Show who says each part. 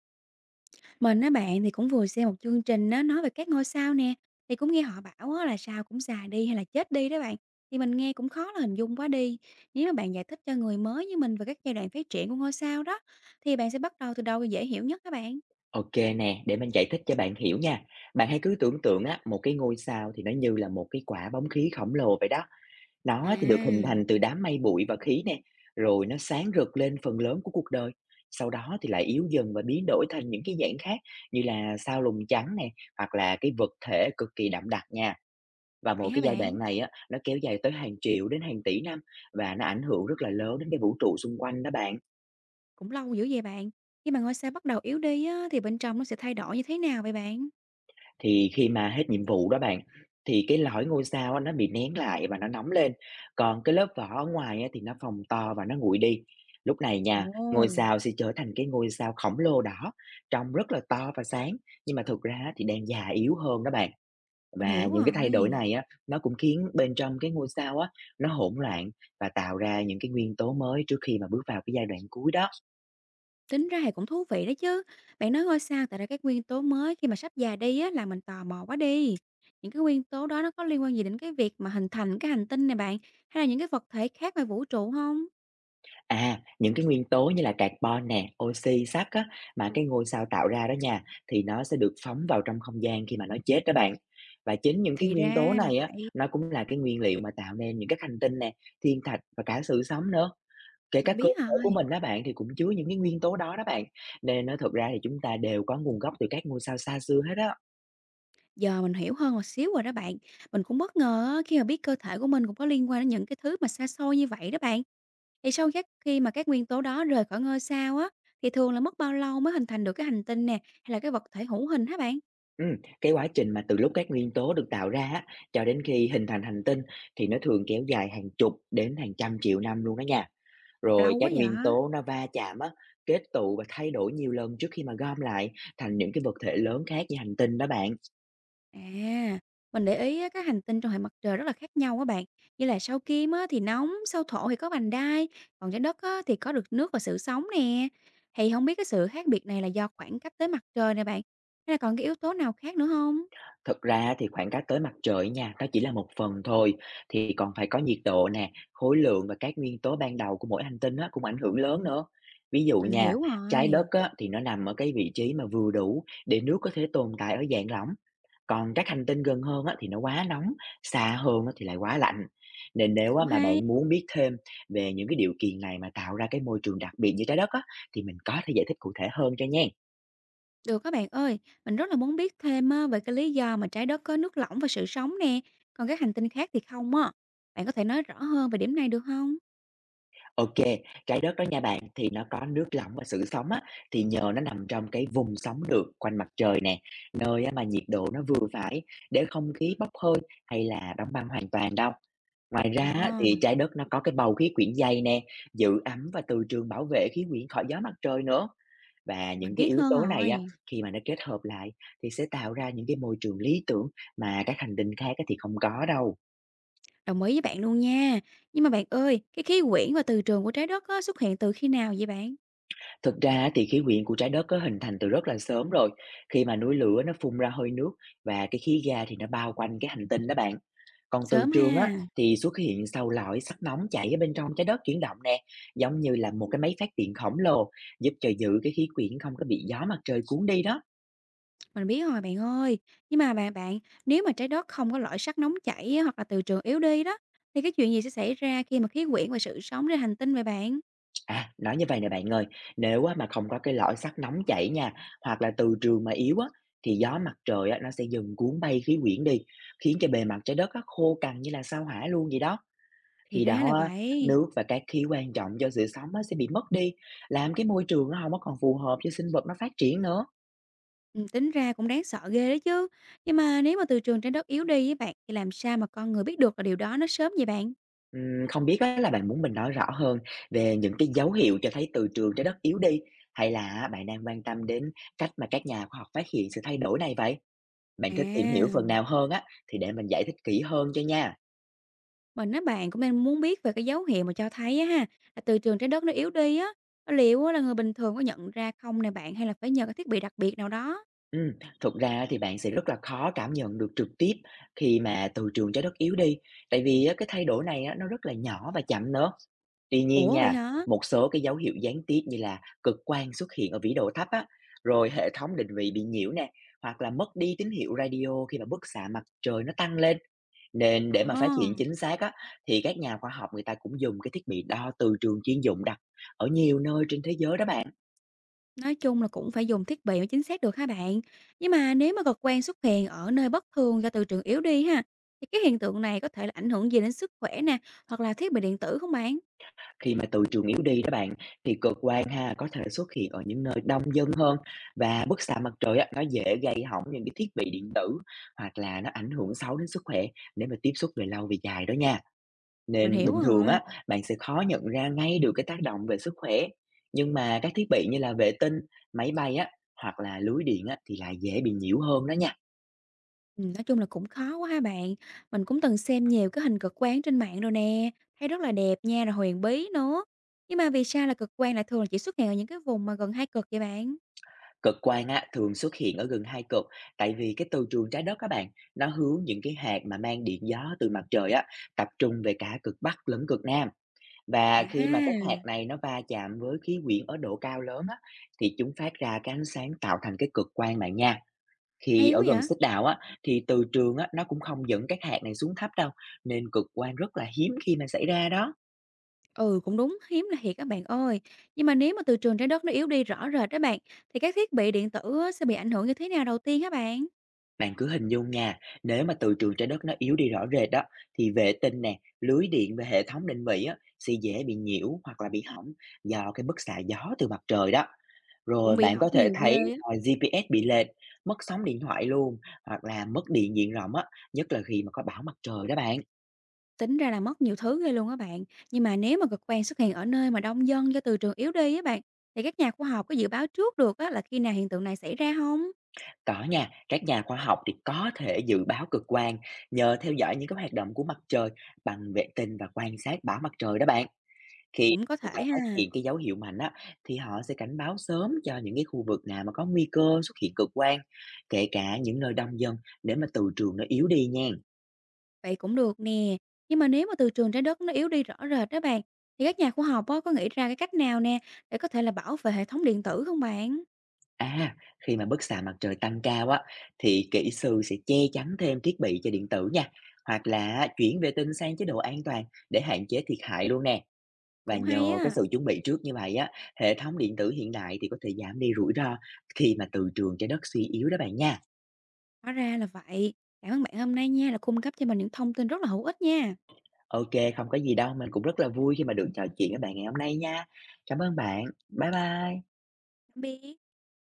Speaker 1: Mình á bạn thì cũng vừa xem một chương trình nó nói về các ngôi sao nè, thì cũng nghe họ bảo á, là sao cũng già đi hay là chết đi đó bạn. Thì mình nghe cũng khó là hình dung quá đi. Nếu mà bạn giải thích cho người mới như mình về các giai đoạn phát triển của ngôi sao đó, thì bạn sẽ bắt đầu từ đâu dễ hiểu nhất các bạn?
Speaker 2: OK nè, để mình giải thích cho bạn hiểu nha. Bạn hãy cứ tưởng tượng á, một cái ngôi sao thì nó như là một cái quả bóng khí khổng lồ vậy đó.
Speaker 1: À,
Speaker 2: Nó thì được hình thành từ đám mây bụi và khí nè, rồi nó sáng rực lên phần lớn của cuộc đời. Sau đó thì lại yếu dần và biến đổi thành những cái dạng khác, như là sao lùn trắng nè, hoặc là cái vật thể cực kỳ đậm đặc nha. Và
Speaker 1: vậy
Speaker 2: mỗi
Speaker 1: hả
Speaker 2: cái giai
Speaker 1: bạn?
Speaker 2: đoạn này á, nó kéo dài tới hàng triệu đến hàng tỷ năm, và nó ảnh hưởng rất là lớn đến cái vũ trụ xung quanh đó bạn.
Speaker 1: Cũng lâu dữ vậy bạn. Khi mà ngôi sao bắt đầu yếu đi á, thì bên trong nó sẽ thay đổi như thế nào vậy bạn?
Speaker 2: Thì khi mà hết nhiệm vụ đó bạn, thì cái lõi ngôi sao á, nó bị nén lại và nó nóng lên, còn cái lớp vỏ ở ngoài á, thì nó phồng to và nó nguội đi. Lúc này nha, ngôi
Speaker 1: Ồ,
Speaker 2: sao sẽ trở thành cái ngôi sao khổng lồ đỏ, trông rất là to và sáng, nhưng mà thực ra á, thì đang già yếu hơn đó bạn.
Speaker 1: mình
Speaker 2: Và
Speaker 1: hiểu
Speaker 2: những cái thay đổi
Speaker 1: rồi.
Speaker 2: này á, nó cũng khiến bên trong cái ngôi sao á, nó hỗn loạn và tạo ra những cái nguyên tố mới trước khi mà bước vào cái giai đoạn cuối đó.
Speaker 1: Tính ra thì cũng thú vị đó chứ. Bạn nói ngôi sao tạo ra các nguyên tố mới khi mà sắp già đi á, là mình tò mò quá đi. Những cái nguyên tố đó nó có liên quan gì đến cái việc mà hình thành cái hành tinh này bạn? Hay là những cái vật thể khác ngoài vũ trụ không?
Speaker 2: À, những cái nguyên tố như là carbon nè, oxy, sắt á, mà cái ngôi sao tạo ra đó nha, thì nó sẽ được phóng vào trong không gian khi mà nó chết đó bạn. Và chính những cái
Speaker 1: Thì
Speaker 2: nguyên tố
Speaker 1: ra là
Speaker 2: này á,
Speaker 1: vậy.
Speaker 2: nó cũng là cái nguyên liệu mà tạo nên những các hành tinh nè, thiên thạch và cả sự sống nữa. Kể
Speaker 1: Mình
Speaker 2: cả cơ
Speaker 1: biết
Speaker 2: thể của
Speaker 1: rồi.
Speaker 2: mình đó bạn, thì cũng chứa những cái nguyên tố đó đó bạn. Nên nó thực ra thì chúng ta đều có nguồn gốc từ các ngôi sao xa xưa hết á.
Speaker 1: Giờ mình hiểu hơn một xíu rồi đó bạn. Mình cũng bất ngờ á, khi mà biết cơ thể của mình cũng có liên quan đến những cái thứ mà xa xôi như vậy đó bạn. Thì sau các khi mà các nguyên tố đó rời khỏi ngôi sao á, thì thường là mất bao lâu mới hình thành được cái hành tinh nè, hay là cái vật thể hữu hình hả bạn?
Speaker 2: Ừ, cái quá trình mà từ lúc các nguyên tố được tạo ra á, cho đến khi hình thành hành tinh, thì nó thường kéo dài hàng chục đến hàng trăm triệu năm luôn đó nha. Rồi
Speaker 1: Lâu quá
Speaker 2: các nguyên
Speaker 1: vậy?
Speaker 2: tố nó va chạm á, kết tụ và thay đổi nhiều lần trước khi mà gom lại thành những cái vật thể lớn khác như hành tinh đó bạn.
Speaker 1: À, mình để ý á, các hành tinh trong hệ mặt trời rất là khác nhau á bạn. Như là sao Kim á, thì nóng, sao Thổ thì có vành đai, còn trái đất á, thì có được nước và sự sống nè. Thì không biết cái sự khác biệt này là do khoảng cách tới mặt trời nè bạn, hay là còn cái yếu tố nào khác nữa không?
Speaker 2: Thật ra thì khoảng cách tới mặt trời nha, nó chỉ là một phần thôi, thì còn phải có nhiệt độ nè, khối lượng và các nguyên tố ban đầu của mỗi hành tinh á, cũng ảnh hưởng lớn nữa. Ví dụ
Speaker 1: Mình
Speaker 2: nha,
Speaker 1: hiểu
Speaker 2: trái đất
Speaker 1: rồi,
Speaker 2: á, thì nó nằm ở cái vị trí mà vừa đủ để nước có thể tồn tại ở dạng lỏng. Còn các hành tinh gần hơn á, thì nó quá nóng, xa hơn á, thì lại quá lạnh. Nên nếu á,
Speaker 1: cũng
Speaker 2: mà
Speaker 1: hay.
Speaker 2: bạn muốn biết thêm về những cái điều kiện này mà tạo ra cái môi trường đặc biệt như trái đất á, thì mình có thể giải thích cụ thể hơn cho nha.
Speaker 1: Được các bạn ơi, mình rất là muốn biết thêm á, về cái lý do mà trái đất có nước lỏng và sự sống nè, còn các hành tinh khác thì không á. Bạn có thể nói rõ hơn về điểm này được không?
Speaker 2: Ok, trái đất đó nha bạn, thì nó có nước lỏng và sự sống á, thì nhờ nó nằm trong cái vùng sống được quanh mặt trời nè, nơi á, mà nhiệt độ nó vừa phải để không khí bốc hơi hay là đóng băng hoàn toàn đâu. Ngoài ra á,
Speaker 1: Ờ,
Speaker 2: thì trái đất nó có cái bầu khí quyển dày nè, giữ ấm, và từ trường bảo vệ khí quyển khỏi gió mặt trời nữa. Và những
Speaker 1: mình
Speaker 2: cái
Speaker 1: biết
Speaker 2: yếu
Speaker 1: hơn
Speaker 2: tố này á,
Speaker 1: rồi.
Speaker 2: khi mà nó kết hợp lại, thì sẽ tạo ra những cái môi trường lý tưởng mà các hành tinh khác á thì không có đâu.
Speaker 1: Đồng ý với bạn luôn nha. Nhưng mà bạn ơi, cái khí quyển và từ trường của trái đất á, xuất hiện từ khi nào vậy bạn?
Speaker 2: Thực ra á thì khí quyển của trái đất có hình thành từ rất là sớm rồi, khi mà núi lửa nó phun ra hơi nước, và cái khí ga thì nó bao quanh cái hành tinh đó bạn. Còn từ
Speaker 1: Sớm
Speaker 2: trường á,
Speaker 1: ha.
Speaker 2: thì xuất hiện sau lõi sắt nóng chảy ở bên trong trái đất chuyển động nè, giống như là một cái máy phát điện khổng lồ, giúp cho giữ cái khí quyển không có bị gió mặt trời cuốn đi đó.
Speaker 1: Mình biết rồi bạn ơi. Nhưng mà bạn bạn, nếu mà trái đất không có lõi sắt nóng chảy á, hoặc là từ trường yếu đi đó, thì cái chuyện gì sẽ xảy ra khi mà khí quyển và sự sống trên hành tinh vậy bạn?
Speaker 2: À, nói như vậy nè bạn ơi, nếu á mà không có cái lõi sắt nóng chảy nha, hoặc là từ trường mà yếu á, thì gió mặt trời á, nó sẽ dần cuốn bay khí quyển đi, khiến cho bề mặt trái đất á, khô cằn như là sao hỏa luôn vậy đó.
Speaker 1: Thì
Speaker 2: Khi
Speaker 1: ra là
Speaker 2: đó á,
Speaker 1: vậy.
Speaker 2: nước và các khí quan trọng cho sự sống á, sẽ bị mất đi, làm cái môi trường nó không có còn phù hợp cho sinh vật nó phát triển nữa.
Speaker 1: Ừ, tính ra cũng đáng sợ ghê đấy chứ. Nhưng mà nếu mà từ trường trái đất yếu đi với bạn thì làm sao mà con người biết được là điều đó nó sớm vậy bạn?
Speaker 2: Không biết á, là bạn muốn mình nói rõ hơn về những cái dấu hiệu cho thấy từ trường trái đất yếu đi, hay là bạn đang quan tâm đến cách mà các nhà khoa học phát hiện sự thay đổi này vậy? Bạn thích tìm hiểu phần
Speaker 1: À.
Speaker 2: nào hơn á, thì để mình giải thích kỹ hơn cho nha.
Speaker 1: Mình á bạn cũng nên muốn biết về cái dấu hiệu mà cho thấy á ha, là từ trường trái đất nó yếu đi á, liệu á là người bình thường có nhận ra không nè bạn, hay là phải nhờ cái thiết bị đặc biệt nào đó?
Speaker 2: Ừm, Thực ra á thì bạn sẽ rất là khó cảm nhận được trực tiếp khi mà từ trường trái đất yếu đi, tại vì á cái thay đổi này á nó rất là nhỏ và chậm nữa. Tuy nhiên
Speaker 1: Ủa vậy
Speaker 2: nha,
Speaker 1: hả?
Speaker 2: một số cái dấu hiệu gián tiếp như là cực quang xuất hiện ở vĩ độ thấp á, rồi hệ thống định vị bị nhiễu nè, hoặc là mất đi tín hiệu radio khi mà bức xạ mặt trời nó tăng lên. Nên để mà phát hiện
Speaker 1: Ờ,
Speaker 2: chính xác á, thì các nhà khoa học người ta cũng dùng cái thiết bị đo từ trường chuyên dụng, đặt ở nhiều nơi trên thế giới đó bạn.
Speaker 1: nói chung là cũng phải dùng thiết bị mới chính xác được ha bạn. Nhưng mà nếu mà cực quang xuất hiện ở nơi bất thường do từ trường yếu đi ha, thì cái hiện tượng này có thể là ảnh hưởng gì đến sức khỏe nè, hoặc là thiết bị điện tử không bạn?
Speaker 2: Khi mà từ trường yếu đi đó bạn, thì cực quang ha có thể xuất hiện ở những nơi đông dân hơn, và bức xạ mặt trời á, nó dễ gây hỏng những cái thiết bị điện tử, hoặc là nó ảnh hưởng xấu đến sức khỏe nếu mà tiếp xúc về lâu về dài đó nha.
Speaker 1: Mình
Speaker 2: Nên
Speaker 1: hiểu
Speaker 2: bình thường
Speaker 1: rồi.
Speaker 2: á, bạn sẽ khó nhận ra ngay được cái tác động về sức khỏe. Nhưng mà các thiết bị như là vệ tinh, máy bay á, hoặc là lưới điện á, thì lại dễ bị nhiễu hơn đó nha.
Speaker 1: Nói chung là cũng khó quá ha bạn. Mình cũng từng xem nhiều cái hình cực quang trên mạng rồi nè, thấy rất là đẹp nha, rồi huyền bí nữa. Nhưng mà vì sao là cực quang lại thường là chỉ xuất hiện ở những cái vùng mà gần hai cực vậy bạn?
Speaker 2: Cực quang á, thường xuất hiện ở gần hai cực, tại vì cái từ trường trái đất các bạn, nó hướng những cái hạt mà mang điện gió từ mặt trời á, tập trung về cả cực Bắc lẫn cực Nam.
Speaker 1: À
Speaker 2: Và khi mà các hạt
Speaker 1: ha,
Speaker 2: này nó va chạm với khí quyển ở độ cao lớn á, thì chúng phát ra cái ánh sáng tạo thành cái cực quang bạn nha. Khi
Speaker 1: hay
Speaker 2: ở
Speaker 1: quá
Speaker 2: gần
Speaker 1: vậy.
Speaker 2: xích đạo á, thì từ trường á, nó cũng không dẫn các hạt này xuống thấp đâu, nên cực quang rất là hiếm khi mà xảy ra đó.
Speaker 1: Ừ, cũng đúng, hiếm là thiệt các bạn ơi. Nhưng mà nếu mà từ trường trái đất nó yếu đi rõ rệt đó bạn, thì các thiết bị điện tử á, sẽ bị ảnh hưởng như thế nào đầu tiên hả bạn?
Speaker 2: Bạn cứ hình dung nha, nếu mà từ trường trái đất nó yếu đi rõ rệt đó, thì vệ tinh nè, lưới điện và hệ thống định vị á, sẽ dễ bị nhiễu hoặc là bị hỏng do cái bức xạ gió từ mặt trời đó.
Speaker 1: Cũng
Speaker 2: Rồi
Speaker 1: bị
Speaker 2: bạn
Speaker 1: hỏng
Speaker 2: có thể
Speaker 1: nhiều
Speaker 2: thấy
Speaker 1: ghê á.
Speaker 2: là GPS bị lệch, mất sóng điện thoại luôn, hoặc là mất điện diện rộng á, nhất là khi mà có bão mặt trời đó bạn.
Speaker 1: Tính ra là mất nhiều thứ ghê luôn á bạn. Nhưng mà nếu mà cực quang xuất hiện ở nơi mà đông dân do từ trường yếu đi á bạn, thì các nhà khoa học có dự báo trước được á là khi nào hiện tượng này xảy ra không?
Speaker 2: Có nha, các nhà khoa học thì có thể dự báo cực quang nhờ theo dõi những cái hoạt động của mặt trời bằng vệ tinh và quan sát bão mặt trời đó bạn. Khi
Speaker 1: Cũng có
Speaker 2: người ta
Speaker 1: thể
Speaker 2: phát
Speaker 1: ha.
Speaker 2: hiện cái dấu hiệu mạnh á, thì họ sẽ cảnh báo sớm cho những cái khu vực nào mà có nguy cơ xuất hiện cực quang, kể cả những nơi đông dân, để mà từ trường nó yếu đi nha.
Speaker 1: Vậy cũng được nè. Nhưng mà nếu mà từ trường trái đất nó yếu đi rõ rệt đó bạn, thì các nhà khoa học á có nghĩ ra cái cách nào nè để có thể là bảo vệ hệ thống điện tử không bạn?
Speaker 2: À, khi mà bức xạ mặt trời tăng cao á, thì kỹ sư sẽ che chắn thêm thiết bị cho điện tử nha, hoặc là chuyển vệ tinh sang chế độ an toàn để hạn chế thiệt hại luôn nè. Và
Speaker 1: Cũng hay
Speaker 2: nhờ cái
Speaker 1: á.
Speaker 2: sự chuẩn bị trước như vậy á, hệ thống điện tử hiện đại thì có thể giảm đi rủi ro khi mà từ trường trái đất suy yếu đó bạn nha.
Speaker 1: Hóa ra là vậy. Cảm ơn bạn hôm nay nha, là cung cấp cho mình những thông tin rất là hữu ích nha.
Speaker 2: OK, không có gì đâu, mình cũng rất là vui khi mà được trò chuyện với bạn ngày hôm nay nha. Cảm ơn bạn. Bye bye.
Speaker 1: Tạm biệt.